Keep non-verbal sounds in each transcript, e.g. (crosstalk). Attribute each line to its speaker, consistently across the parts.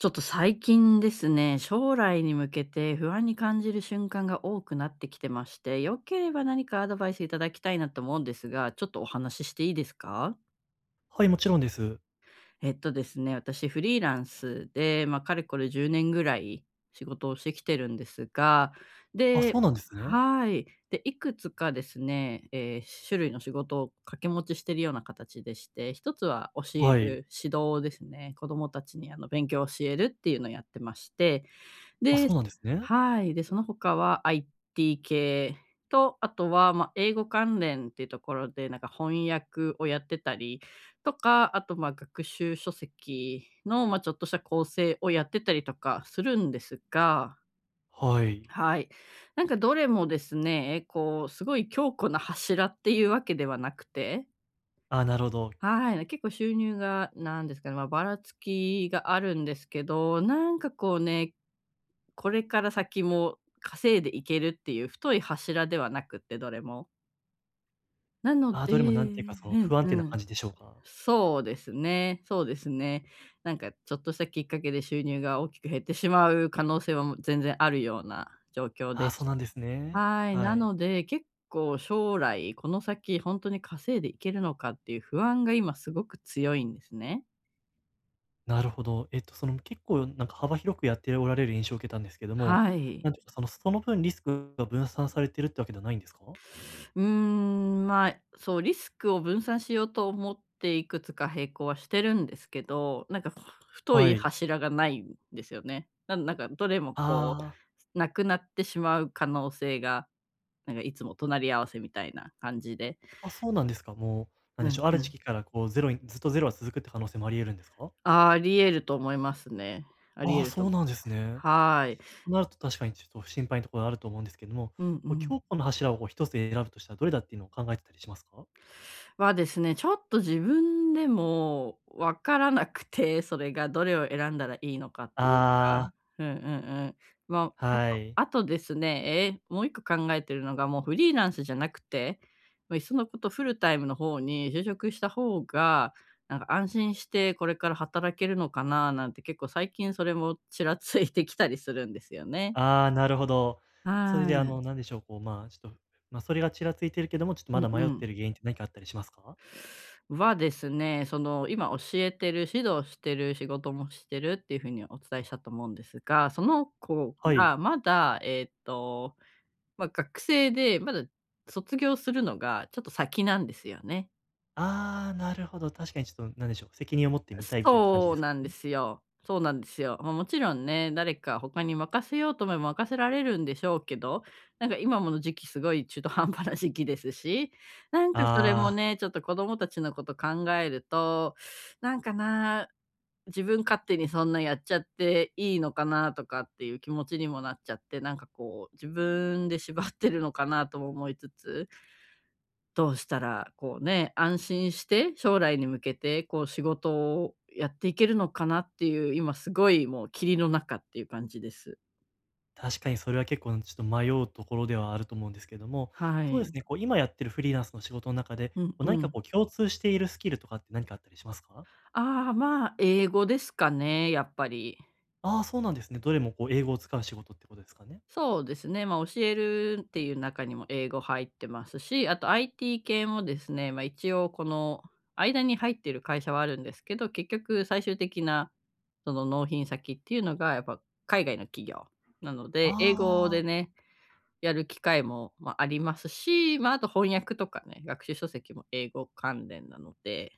Speaker 1: ちょっと最近ですね、将来に向けて不安に感じる瞬間が多くなってきてまして、よければ何かアドバイスいただきたいなと思うんですが、ちょっとお話ししていいですか？
Speaker 2: はい、もちろんです。
Speaker 1: えっとですね、私フリーランスで、まあ、かれこれ10年ぐらい仕事をしてきてるんですが、
Speaker 2: あ、
Speaker 1: で
Speaker 2: そうなんですね。
Speaker 1: はい。で、いくつかですね、種類の仕事を掛け持ちしているような形でして、一つは教え
Speaker 2: はい。
Speaker 1: る指導ですね。子どもたちに勉強を教えるっていうのをやってまして、
Speaker 2: あ、
Speaker 1: で
Speaker 2: そうなんですね。
Speaker 1: はい。で、その他は IT 系と、あとは、まあ、英語関連っていうところで、なんか翻訳をやってたりとか、あと、まあ、学習書籍の、まあ、ちょっとした構成をやってたりとかするんですが、
Speaker 2: はい。
Speaker 1: はい。なんかどれもですね、こう、すごい強固な柱っていうわけではなくて
Speaker 2: あ、なるほど。
Speaker 1: はい、結構収入がなんですかね、まあ、ばらつきがあるんですけど、なんかこうね、これから先も稼いでいけるっていう太い柱ではなくって、どれも。なの
Speaker 2: あ、
Speaker 1: で
Speaker 2: どれもなんていうか、その、
Speaker 1: うん
Speaker 2: 不安定
Speaker 1: う
Speaker 2: な
Speaker 1: ん。
Speaker 2: 感じでしょうか？
Speaker 1: そうですね、そうですね。なんかちょっとしたきっかけで収入が大きく減ってしまう可能性は、もう全然あるような状況で
Speaker 2: あ、そ
Speaker 1: し
Speaker 2: うなんですね。
Speaker 1: はい、
Speaker 2: は
Speaker 1: な
Speaker 2: い。
Speaker 1: ので、結構将来、この先本当に稼いでいけるのかっていう不安が今すごく強いんですね。
Speaker 2: なるほど。その、結構なんか幅広くやっておられる印象を受けたんですけども、
Speaker 1: はい。
Speaker 2: なんていうか、その、その分リスクが分散されてるってわけではないんですか？
Speaker 1: うーん、まあ、そう、リスクを分散しようと思っていくつか並行はしてるんですけど、なんかふ太
Speaker 2: は
Speaker 1: い
Speaker 2: い。
Speaker 1: 柱がないんですよね。なんなんかどれもこ
Speaker 2: ああ。
Speaker 1: う、なくなってしまう可能性が、なんかいつも隣り合わせみたいな感じで。
Speaker 2: あ、そうなんですか。もう、なん
Speaker 1: う
Speaker 2: でし
Speaker 1: ん
Speaker 2: ょう、ある
Speaker 1: う
Speaker 2: 時
Speaker 1: ん。
Speaker 2: 期からこうゼロにずっとゼロは続くって可能性もあり得るんですか？
Speaker 1: ああ、り得ると思いますね。あり
Speaker 2: あ
Speaker 1: 得
Speaker 2: あ、
Speaker 1: ると
Speaker 2: そ
Speaker 1: 思
Speaker 2: う
Speaker 1: う
Speaker 2: なんですね。
Speaker 1: はーい。
Speaker 2: となると確かにちょっと心配なところあると思うんですけども、
Speaker 1: うんう
Speaker 2: こう
Speaker 1: ん。
Speaker 2: 強固の柱をこう一つ選ぶとしたらどれだっていうのを考えてたりしますか？
Speaker 1: はですね、ちょっと自分でもわからなくて、(laughs) それがどれを選んだらいいのかっていうのが。
Speaker 2: ああ、
Speaker 1: うんうんうん。まあ、あ
Speaker 2: は
Speaker 1: と
Speaker 2: い。
Speaker 1: あとですね、もう一個考えてるのが、もうフリーランスじゃなくて、もういっそのことフルタイムの方に就職した方が、なんか安心してこれから働けるのかななんて結構最近それもちらついてきたりするんですよね。
Speaker 2: ああ、なるほど。それ
Speaker 1: は
Speaker 2: であ
Speaker 1: い。
Speaker 2: の、なんでしょう、こう、まあ、ちょっと、まあ、それがちらついてるけども、ちょっと
Speaker 1: う
Speaker 2: ま
Speaker 1: ん
Speaker 2: だ迷
Speaker 1: う
Speaker 2: っ
Speaker 1: ん
Speaker 2: てる原因って何かあったりしますか？
Speaker 1: はですね、その、今教えてる、指導してる、仕事もしてるっていう風にお伝えしたと思うんですが、その子
Speaker 2: はい。
Speaker 1: がまだ、まあ、学生で、まだ卒業するのがちょっと先なんですよね。
Speaker 2: ああ、なるほど、確かにちょっとなんでしょう、責任を持ってみたいみたいな感じ
Speaker 1: そう
Speaker 2: ですか
Speaker 1: なんで
Speaker 2: ね。
Speaker 1: すよ。そうなんですよ。まあ、もちろんね、誰か他に任せようと思えば任せられるんでしょうけど、なんか今もの時期すごい中途半端な時期ですし、なんかそれも
Speaker 2: ああ。
Speaker 1: ね、ちょっと子供たちのこと考えると、なんかな、自分勝手にそんなやっちゃっていいのかなとかっていう気持ちにもなっちゃって、なんかこう、自分で縛ってるのかなとも思いつつどうしたらこうね、安心して将来に向けてこう仕事をやっていけるのかなっていう、今すごいもう霧の中っていう感じです。
Speaker 2: 確かにそれは結構ちょっと迷うところではあると思うんですけども、
Speaker 1: は
Speaker 2: そうで
Speaker 1: い。
Speaker 2: すね、こう今やってるフリーランスの仕事の中で、こ
Speaker 1: うん
Speaker 2: う何
Speaker 1: う
Speaker 2: か
Speaker 1: ん。
Speaker 2: こう共通しているスキルとかって何かあったりしますか？
Speaker 1: ああ、まあ、英語ですかね、やっぱり。
Speaker 2: ああー、そうなんですね。どれもこう英語を使う仕事ってことですかね？
Speaker 1: そうですね、まあ、教えるっていう中にも英語入ってますし、あと IT 系もですね、まあ、一応この間に入ってる会社はあるんですけど、結局最終的なその納品先っていうのがやっぱ海外の企業なので、英語で
Speaker 2: ああ、
Speaker 1: ねやる機会も、まあ、ありますし、まあ、あと翻訳とかね、学習書籍も英語関連なので、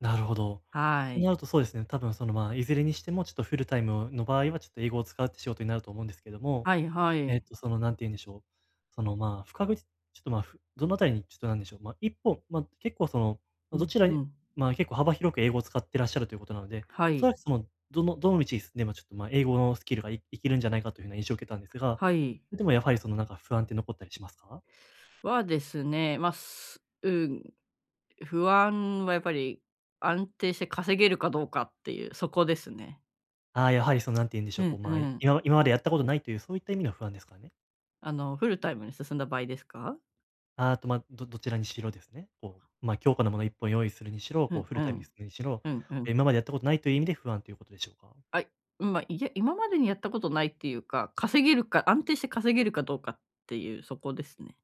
Speaker 2: なるほど。
Speaker 1: は
Speaker 2: と
Speaker 1: い。
Speaker 2: なるとそうですね、多分その、まあ、いずれにしてもちょっとフルタイムの場合はちょっと英語を使うって仕事になると思うんですけども
Speaker 1: はいはい。
Speaker 2: その、なんて言うんでしょう、その、まあ、不確実ちょっと、まあ、どのあたりにちょっとなんでしょう、まあ、一本、まあ、結構その、
Speaker 1: う
Speaker 2: ま、ど
Speaker 1: ん
Speaker 2: ちら
Speaker 1: う
Speaker 2: に
Speaker 1: ん。
Speaker 2: まあ、結構幅広く英語を使ってらっしゃるということなので、
Speaker 1: は
Speaker 2: おそ
Speaker 1: い、
Speaker 2: らくその、どの道に進んでもちょっと、まあ、英語のスキルが生きるんじゃないかというふうな印象を受けたんですが、
Speaker 1: はい。
Speaker 2: でもやはりその、なんか不安って残ったりしますか？
Speaker 1: はですね、まあ、すうん、不安はやっぱり安定して稼げるかどうかっていう、そこですね。
Speaker 2: ああ、やはりその、なんて言うんでしょ
Speaker 1: う
Speaker 2: う、こう、
Speaker 1: ん
Speaker 2: ま
Speaker 1: う
Speaker 2: あ、
Speaker 1: ん。
Speaker 2: 今までやったことないというそういった意味の不安ですからね？
Speaker 1: あの、フルタイムに進んだ場合ですか？
Speaker 2: あ、あと、まあ、どちらにしろですね、こう、まあ、強固なもの一本用意するにしろ、
Speaker 1: う
Speaker 2: こう
Speaker 1: ん
Speaker 2: フ
Speaker 1: う
Speaker 2: ルタイムに
Speaker 1: ん。
Speaker 2: するにしろ、
Speaker 1: うんうん。
Speaker 2: 今までやったことないという意味で不安ということでしょうか？
Speaker 1: あいまあ、いや、今までにやったことないっていうか、稼げるか安定して稼げるかどうかっていう、そこですね。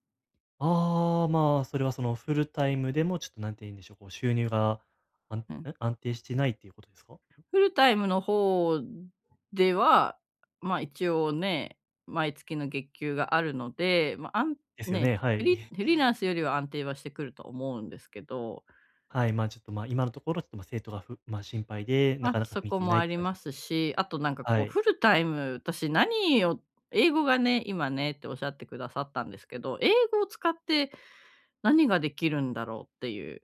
Speaker 2: ああ、まあ、それはそのフルタイムでもちょっとなんて言うんでしょう、こう収入があん
Speaker 1: うん、
Speaker 2: 安定してないっていうことですか？
Speaker 1: フルタイムの方では、ま、一応ね、毎月の月給があるので、まあ、あん
Speaker 2: ですよ
Speaker 1: ね、
Speaker 2: ね、は
Speaker 1: フ
Speaker 2: い。
Speaker 1: リフ
Speaker 2: (laughs)
Speaker 1: リーランスよりは安定はしてくると思うんですけど、
Speaker 2: はい、まあ、ちょっと、ま、今のところちょっと、ま、生徒がまあ、心配で、な
Speaker 1: まあ、
Speaker 2: かなか踏
Speaker 1: そ
Speaker 2: み
Speaker 1: こ
Speaker 2: 切れ
Speaker 1: も
Speaker 2: ないっ
Speaker 1: あ
Speaker 2: て
Speaker 1: り
Speaker 2: 感じ
Speaker 1: ま
Speaker 2: です
Speaker 1: す
Speaker 2: ね。
Speaker 1: し、あとなんか
Speaker 2: は
Speaker 1: こう
Speaker 2: い。
Speaker 1: フルタイム、私何を英語がね、今ねっておっしゃってくださったんですけど、英語を使って何ができるんだろうっていう。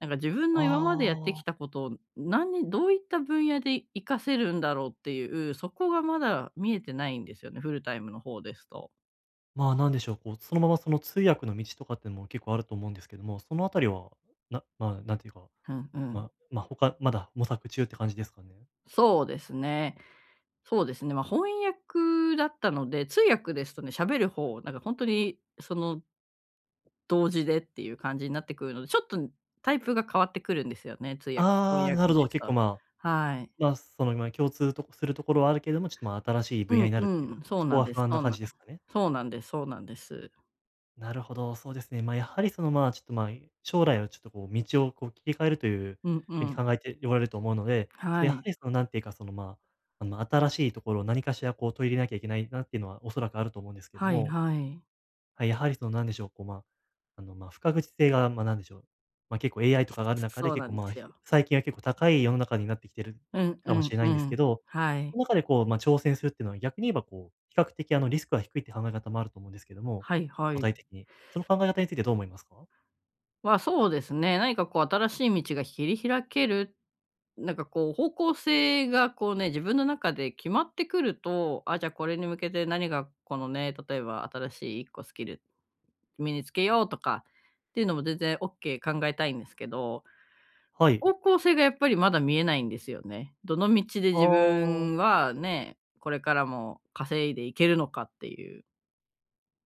Speaker 1: なんか自分の今までやってき
Speaker 2: ああ、
Speaker 1: たことを、何にどういった分野で活かせるんだろうっていう、そこがまだ見えてないんですよね、フルタイムの方ですと。
Speaker 2: まあ、なんでしょう、こう、そのままその通訳の道とかってのも結構あると思うんですけども、そのあたりは、まあ、なんていうか、
Speaker 1: うんう
Speaker 2: ま
Speaker 1: ん。
Speaker 2: あ他まだ模索中って感じですかね？
Speaker 1: そうですね。そうですね、まあ、翻訳だったので、通訳ですとね、喋る方、なんか本当にその同時でっていう感じになってくるので、ちょっとタイプが変わってくるんですよね、通訳
Speaker 2: あ
Speaker 1: 翻
Speaker 2: あ、
Speaker 1: 訳
Speaker 2: な
Speaker 1: で
Speaker 2: るほど、
Speaker 1: す
Speaker 2: 結
Speaker 1: と。
Speaker 2: 構まあ
Speaker 1: はい。
Speaker 2: まあ、その、まあ、共通とするところはあるけれども、ちょっと、まあ、新しい分
Speaker 1: う
Speaker 2: 野
Speaker 1: ん
Speaker 2: になる
Speaker 1: う
Speaker 2: っていう、
Speaker 1: ん、そう
Speaker 2: そこ
Speaker 1: なん
Speaker 2: は
Speaker 1: で
Speaker 2: 不
Speaker 1: す、
Speaker 2: 安
Speaker 1: そ
Speaker 2: な
Speaker 1: うな
Speaker 2: 感
Speaker 1: ん
Speaker 2: じですかね。
Speaker 1: そうなんですそうなんです。
Speaker 2: なるほど、そうですね。まあ、やはり、その、まあ、ちょっと、まあ、将来をちょっと、こう、道を、こう、切り替えるという
Speaker 1: うんう
Speaker 2: 風に
Speaker 1: ん、
Speaker 2: 考えておられると思うので、ちょっ
Speaker 1: は
Speaker 2: とやは
Speaker 1: い。
Speaker 2: り、その、なんていうか、その、まあ、あの、新しいところを何かしら、こう、取り入れなきゃいけないなっていうのはおそらくあると思うんですけど
Speaker 1: はい
Speaker 2: も
Speaker 1: はい。
Speaker 2: はい、やはりそのなんでしょう、こう、まあ、あの、まあ、不確実性が、まあ、なんでしょう、まあ、結構 AI とかがある中で
Speaker 1: そう
Speaker 2: 結
Speaker 1: なん
Speaker 2: 構、
Speaker 1: で
Speaker 2: まあ、
Speaker 1: すよ。
Speaker 2: 最近は結構高い世の中になってきてる
Speaker 1: うん
Speaker 2: か
Speaker 1: う
Speaker 2: も
Speaker 1: ん
Speaker 2: しれな
Speaker 1: う
Speaker 2: いんですけ
Speaker 1: ん。
Speaker 2: ど、
Speaker 1: はい。
Speaker 2: その中でこう、まあ、挑戦するっていうのは逆に言えばこう、比較的あのリスクが低いって考え方もあると思うんですけども、
Speaker 1: はいは
Speaker 2: 具
Speaker 1: い。
Speaker 2: 体的に。その考え方についてどう思いますか？
Speaker 1: まあ、そうですね、何かこう新しい道が切り開ける、なんかこう方向性がこうね、自分の中で決まってくると、あ、じゃあこれに向けて何がこのね、例えば新しい1個スキル身につけようとかっていうのも全然オッケー考えたいんですけど、
Speaker 2: はい。
Speaker 1: 方向性がやっぱりまだ見えないんですよね。どの道で
Speaker 2: あ
Speaker 1: 自
Speaker 2: あ、
Speaker 1: 分はね、これからも稼いでいけるのかっていう。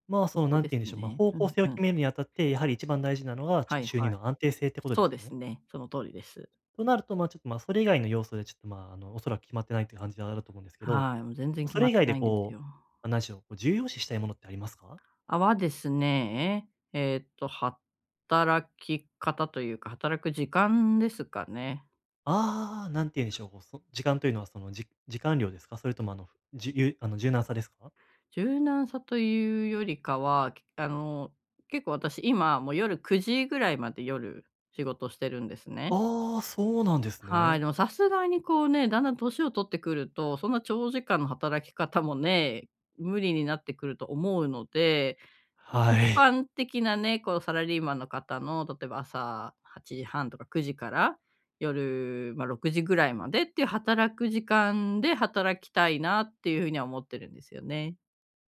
Speaker 2: まあ、
Speaker 1: そ
Speaker 2: その、
Speaker 1: こ
Speaker 2: なん
Speaker 1: で
Speaker 2: て
Speaker 1: す
Speaker 2: 言うんでしょう、まあ、
Speaker 1: ね。
Speaker 2: 方
Speaker 1: う
Speaker 2: 向
Speaker 1: ん
Speaker 2: 性を
Speaker 1: うん。
Speaker 2: 決めるにあたって、やはり一番大事なのが、ちょっ
Speaker 1: は
Speaker 2: と
Speaker 1: い
Speaker 2: 収
Speaker 1: は
Speaker 2: 入
Speaker 1: い。
Speaker 2: の安定性ってことで
Speaker 1: そう
Speaker 2: す
Speaker 1: で
Speaker 2: かね？
Speaker 1: すね、その通りです。
Speaker 2: となると、まあ、ちょっと、まあ、それ以外の要素でちょっと、まあ、あの、おそらく決まってないっていう感じであると思うんですけど、
Speaker 1: はい、もう全然決
Speaker 2: そ
Speaker 1: ま
Speaker 2: れ以
Speaker 1: って
Speaker 2: 外
Speaker 1: な
Speaker 2: で
Speaker 1: いんです
Speaker 2: こう、
Speaker 1: よ。
Speaker 2: ま、何でしょう、こう重要視したいものってありますか？
Speaker 1: あはですね、働き方というか、働く時間ですかね。
Speaker 2: ああー、なんて言うんでしょう、こう、時間というのはその、時間量ですか？それともあの、ふじゅあの、柔軟さですか？
Speaker 1: 柔軟さというよりかは、あの、結構私今、もう夜9時ぐらいまで夜、仕事してるんですね。
Speaker 2: ああー、そうなんです
Speaker 1: はい、
Speaker 2: ね。
Speaker 1: でもさすがにこうね、だんだん年を取ってくると、そんな長時間の働き方もね、無理になってくると思うのでもう一
Speaker 2: はい。
Speaker 1: 般的なね、こうサラリーマンの方の、例えば朝8時半とか9時から夜、ま、6時ぐらいまでっていう働く時間で働きたいなっていう風には思ってるんですよね。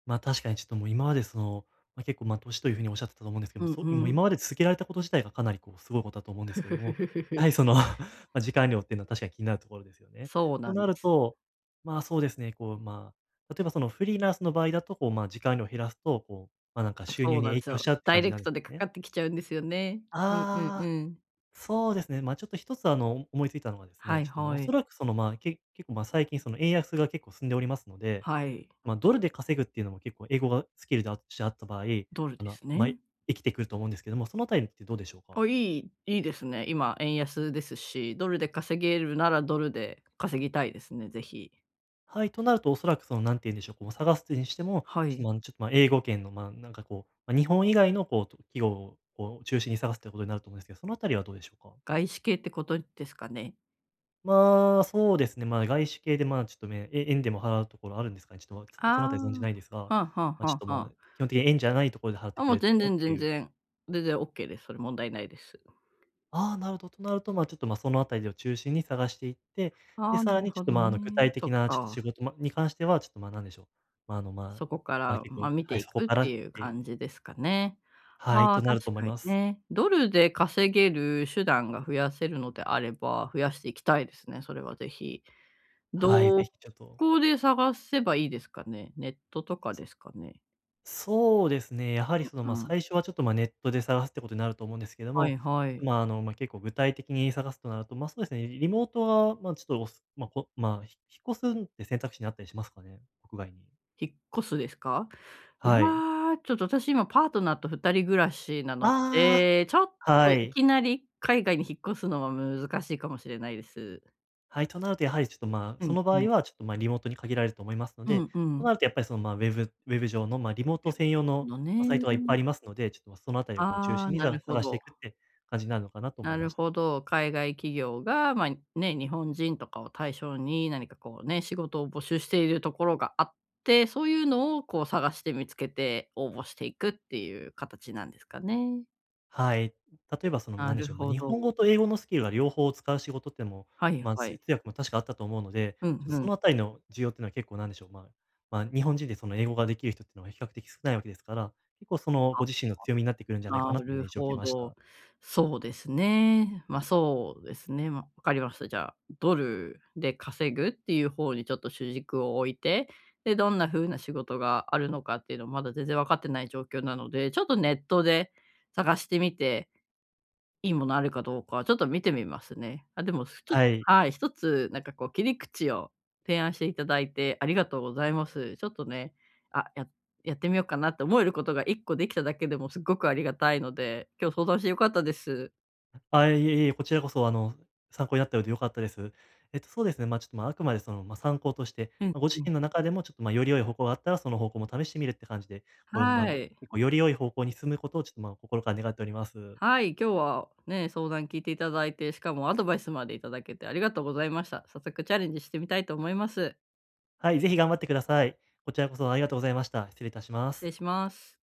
Speaker 2: まあ、確かにちょっともう今までその、まあ、結構、ま、年というふうにおっしゃってたと思うんですけど
Speaker 1: う
Speaker 2: も、
Speaker 1: ん
Speaker 2: そう
Speaker 1: う
Speaker 2: もう
Speaker 1: ん。
Speaker 2: 今まで続けられたこと自体がかなりこうすごいことだと思う
Speaker 1: (laughs)
Speaker 2: んで
Speaker 1: ふ
Speaker 2: すけ
Speaker 1: ふ
Speaker 2: ど
Speaker 1: ふ
Speaker 2: も、
Speaker 1: ふふふ。
Speaker 2: やはりその (laughs)、ま、時間量っていうのは確かに気になるところですよね。
Speaker 1: そうな
Speaker 2: と
Speaker 1: ん
Speaker 2: な
Speaker 1: で
Speaker 2: る
Speaker 1: す。
Speaker 2: と、まあ、そうですね、こう、まあ、例えばそのフリーランスの場合だと、こう、ま、時間量を減らすと、こう、ま、なんか収
Speaker 1: そ
Speaker 2: 入
Speaker 1: う
Speaker 2: に
Speaker 1: なんで
Speaker 2: 影
Speaker 1: す
Speaker 2: 響し
Speaker 1: よ。
Speaker 2: ちゃうって
Speaker 1: ダイ
Speaker 2: 感じ
Speaker 1: レ
Speaker 2: な
Speaker 1: ク
Speaker 2: んです
Speaker 1: トでか
Speaker 2: よ
Speaker 1: か
Speaker 2: ね。
Speaker 1: ってきちゃうんですよね。うんうんう
Speaker 2: ああ、
Speaker 1: ん。
Speaker 2: そうですね。ま、ちょっと一つあの、思いついたのはです
Speaker 1: は
Speaker 2: ね、
Speaker 1: い
Speaker 2: ちょっと、ま、お
Speaker 1: は
Speaker 2: そ
Speaker 1: い。
Speaker 2: らくその、ま、結構、ま、最近その円安が結構進んでおりますので
Speaker 1: はい。
Speaker 2: まあ、ドルで稼ぐっていうのも結構英語がスキルでしてあった場合、
Speaker 1: ドル
Speaker 2: あ
Speaker 1: で
Speaker 2: の、
Speaker 1: すね。
Speaker 2: まあ、生きてくると思うんですけども、そのあたりってどうでしょうか？
Speaker 1: あ、いいですね。今円安ですし、ドルで稼げるならドルで稼ぎたいですね、ぜひ。
Speaker 2: はい、となるとおそらくその何て言うんでしょう、こう探すにしても、
Speaker 1: は
Speaker 2: ちょっと、
Speaker 1: い。
Speaker 2: まあ、ちょっと、ま、英語圏の、まあ、なんかこう、まあ、日本以外のこう、企業をこう中心に探すってことになると思うんですけど、そのあたりはどうでしょうか？
Speaker 1: 外資系ってことですかね。
Speaker 2: まあ、そうですね、まあ、外資系で、まあ、ちょっとね、円でも払うところあるんですかね？ちょっと、
Speaker 1: あ
Speaker 2: そのあたり存じないですが、
Speaker 1: あ、はあはあは
Speaker 2: まあ、
Speaker 1: あ
Speaker 2: ちょっ
Speaker 1: は
Speaker 2: と、まあ、
Speaker 1: あ。
Speaker 2: 基本的に円じゃないところで払って
Speaker 1: あ、
Speaker 2: く
Speaker 1: も
Speaker 2: れ
Speaker 1: う
Speaker 2: ると
Speaker 1: 全
Speaker 2: ころっ
Speaker 1: 然
Speaker 2: て
Speaker 1: 全
Speaker 2: いう
Speaker 1: 然、全然オッケーです。それ問題ないです。
Speaker 2: ああ、なるほど。となると、まあ、ちょっと、まあ、そのあたりを中心に探していって、
Speaker 1: あ
Speaker 2: で、
Speaker 1: あ、
Speaker 2: さ
Speaker 1: な
Speaker 2: ら
Speaker 1: る
Speaker 2: にち
Speaker 1: ほ
Speaker 2: ょっと、
Speaker 1: ど
Speaker 2: まあ、あ
Speaker 1: ね。
Speaker 2: の、具体
Speaker 1: そ
Speaker 2: 的
Speaker 1: っ
Speaker 2: なちょっと
Speaker 1: か。
Speaker 2: 仕事、ま、に関しては、ちょっと、まあ、なんでしょう、まあ、あの、まあ
Speaker 1: そこか
Speaker 2: まあ、
Speaker 1: ら、
Speaker 2: 結構、
Speaker 1: ま、見て
Speaker 2: はい、
Speaker 1: い
Speaker 2: そこ
Speaker 1: くっ
Speaker 2: から
Speaker 1: て
Speaker 2: っ
Speaker 1: いう
Speaker 2: ていう
Speaker 1: 感じですかね。
Speaker 2: はい、
Speaker 1: ああ、
Speaker 2: となる
Speaker 1: 確
Speaker 2: と思い
Speaker 1: かに
Speaker 2: ます。
Speaker 1: ね。ドルで稼げる手段が増やせるのであれば、増やしていきたいですね、それはぜひ。
Speaker 2: はい、ぜ
Speaker 1: ど
Speaker 2: ひちょっと
Speaker 1: こで探せばいいですかね？ネットとかですかね？
Speaker 2: そうですね、やはりその、
Speaker 1: う
Speaker 2: まあ、
Speaker 1: ん。
Speaker 2: 最初はちょっと、まあ、ネットで探すってことになると思うんですけど
Speaker 1: はい
Speaker 2: も、
Speaker 1: はい。
Speaker 2: まあ、あの、まあ、結構具体的に探すとなると、まあ、そうですね、リモートは、まあ、ちょっと、まあ、まあ、引っ越すって選択肢にあったりしますかね？国外に。
Speaker 1: 引っ越すですか？う
Speaker 2: はい。
Speaker 1: わ、ちょっと私今パートナーと二人暮らしなの
Speaker 2: あ
Speaker 1: で、ちょっ
Speaker 2: あ、
Speaker 1: と
Speaker 2: は
Speaker 1: い
Speaker 2: い。
Speaker 1: きなり海外に引っ越すのは難しいかもしれないです。
Speaker 2: はい、となるとやはりちょっと、まあ、
Speaker 1: う
Speaker 2: そ
Speaker 1: ん
Speaker 2: の
Speaker 1: う
Speaker 2: 場
Speaker 1: ん。
Speaker 2: 合はちょっと、ま、リモートに限られると思いますの
Speaker 1: う
Speaker 2: で、
Speaker 1: んう
Speaker 2: と
Speaker 1: ん。
Speaker 2: なるとやっぱりその、まあ、ウェブ上の、まあ、リモート専用
Speaker 1: そう
Speaker 2: の、
Speaker 1: の
Speaker 2: ま、サイ
Speaker 1: ね。
Speaker 2: トがいっぱいありますので、ちょっと、ま、そのあたりをこう中
Speaker 1: ああ、
Speaker 2: 心に
Speaker 1: なるほ
Speaker 2: 探してい
Speaker 1: ど。
Speaker 2: くって感じになるのかなと思
Speaker 1: な
Speaker 2: いま
Speaker 1: る
Speaker 2: した
Speaker 1: ほど。海外企業が、まあ、ね、日本人とかを対象に何かこうね、仕事を募集しているところがあって、そういうのをこう探して見つけて応募していくっていう形なんですかね。
Speaker 2: はい。例えばその、
Speaker 1: な
Speaker 2: なんで
Speaker 1: る
Speaker 2: しょう、まあ、
Speaker 1: ほ
Speaker 2: 日
Speaker 1: ど。
Speaker 2: 本語と英語のスキルが両方使う仕事ってのも、
Speaker 1: はい
Speaker 2: まあ、
Speaker 1: はい。
Speaker 2: 通訳も確かあったと思うので、
Speaker 1: うん
Speaker 2: ちょっ
Speaker 1: う
Speaker 2: とそ
Speaker 1: ん。
Speaker 2: のあたりの需要っていうのは結構なんでしょう、まあ、まあ、日本人でその英語ができる人っていうのは比較的少ないわけですから、結構そのご自身の強みになってくるんじゃない
Speaker 1: あ、
Speaker 2: かな
Speaker 1: な
Speaker 2: というような
Speaker 1: る
Speaker 2: 印象を受け
Speaker 1: ほ
Speaker 2: まし
Speaker 1: ど。
Speaker 2: た。
Speaker 1: そうですね。ま、そうですね。まあ、わかりました。じゃあ、ドルで稼ぐっていう方にちょっと主軸を置いて、で、どんな風な仕事があるのかっていうのまだ全然分かってない状況なので、ちょっとネットで探してみていいものあるかどうか、ちょっと見てみますね。あ、でも、ちょ
Speaker 2: はい。
Speaker 1: はい、1つなんかこう切り口を提案していただいてありがとうございます。ちょっとね、あ、ややってみようかなって思えることが一個できただけでもすっごくありがたいので、今日相談してよかったです。
Speaker 2: あ、いえいえ、こちらこそ、あの、参考になったようで良かったです。そうですね、まあ、ちょっと、まあ、あくまで、その、まあ、参考として、
Speaker 1: うん
Speaker 2: まあ、ご自
Speaker 1: うん。
Speaker 2: 身の中でも、ちょっと、まあ、より良い方向があったら、その方向も試してみるって感じで、こう、ま
Speaker 1: は
Speaker 2: あ、ご
Speaker 1: い。
Speaker 2: 結構より良い方向に進むことを、ちょっと、まあ、心から願っております。
Speaker 1: はい、今日はね、相談聞いていただいて、しかもアドバイスまでいただけてありがとうございました。早速チャレンジしてみたいと思います。
Speaker 2: はい、ぜひ頑張ってください。こちらこそありがとうございました。失礼いたしま
Speaker 1: 失礼
Speaker 2: す。
Speaker 1: します。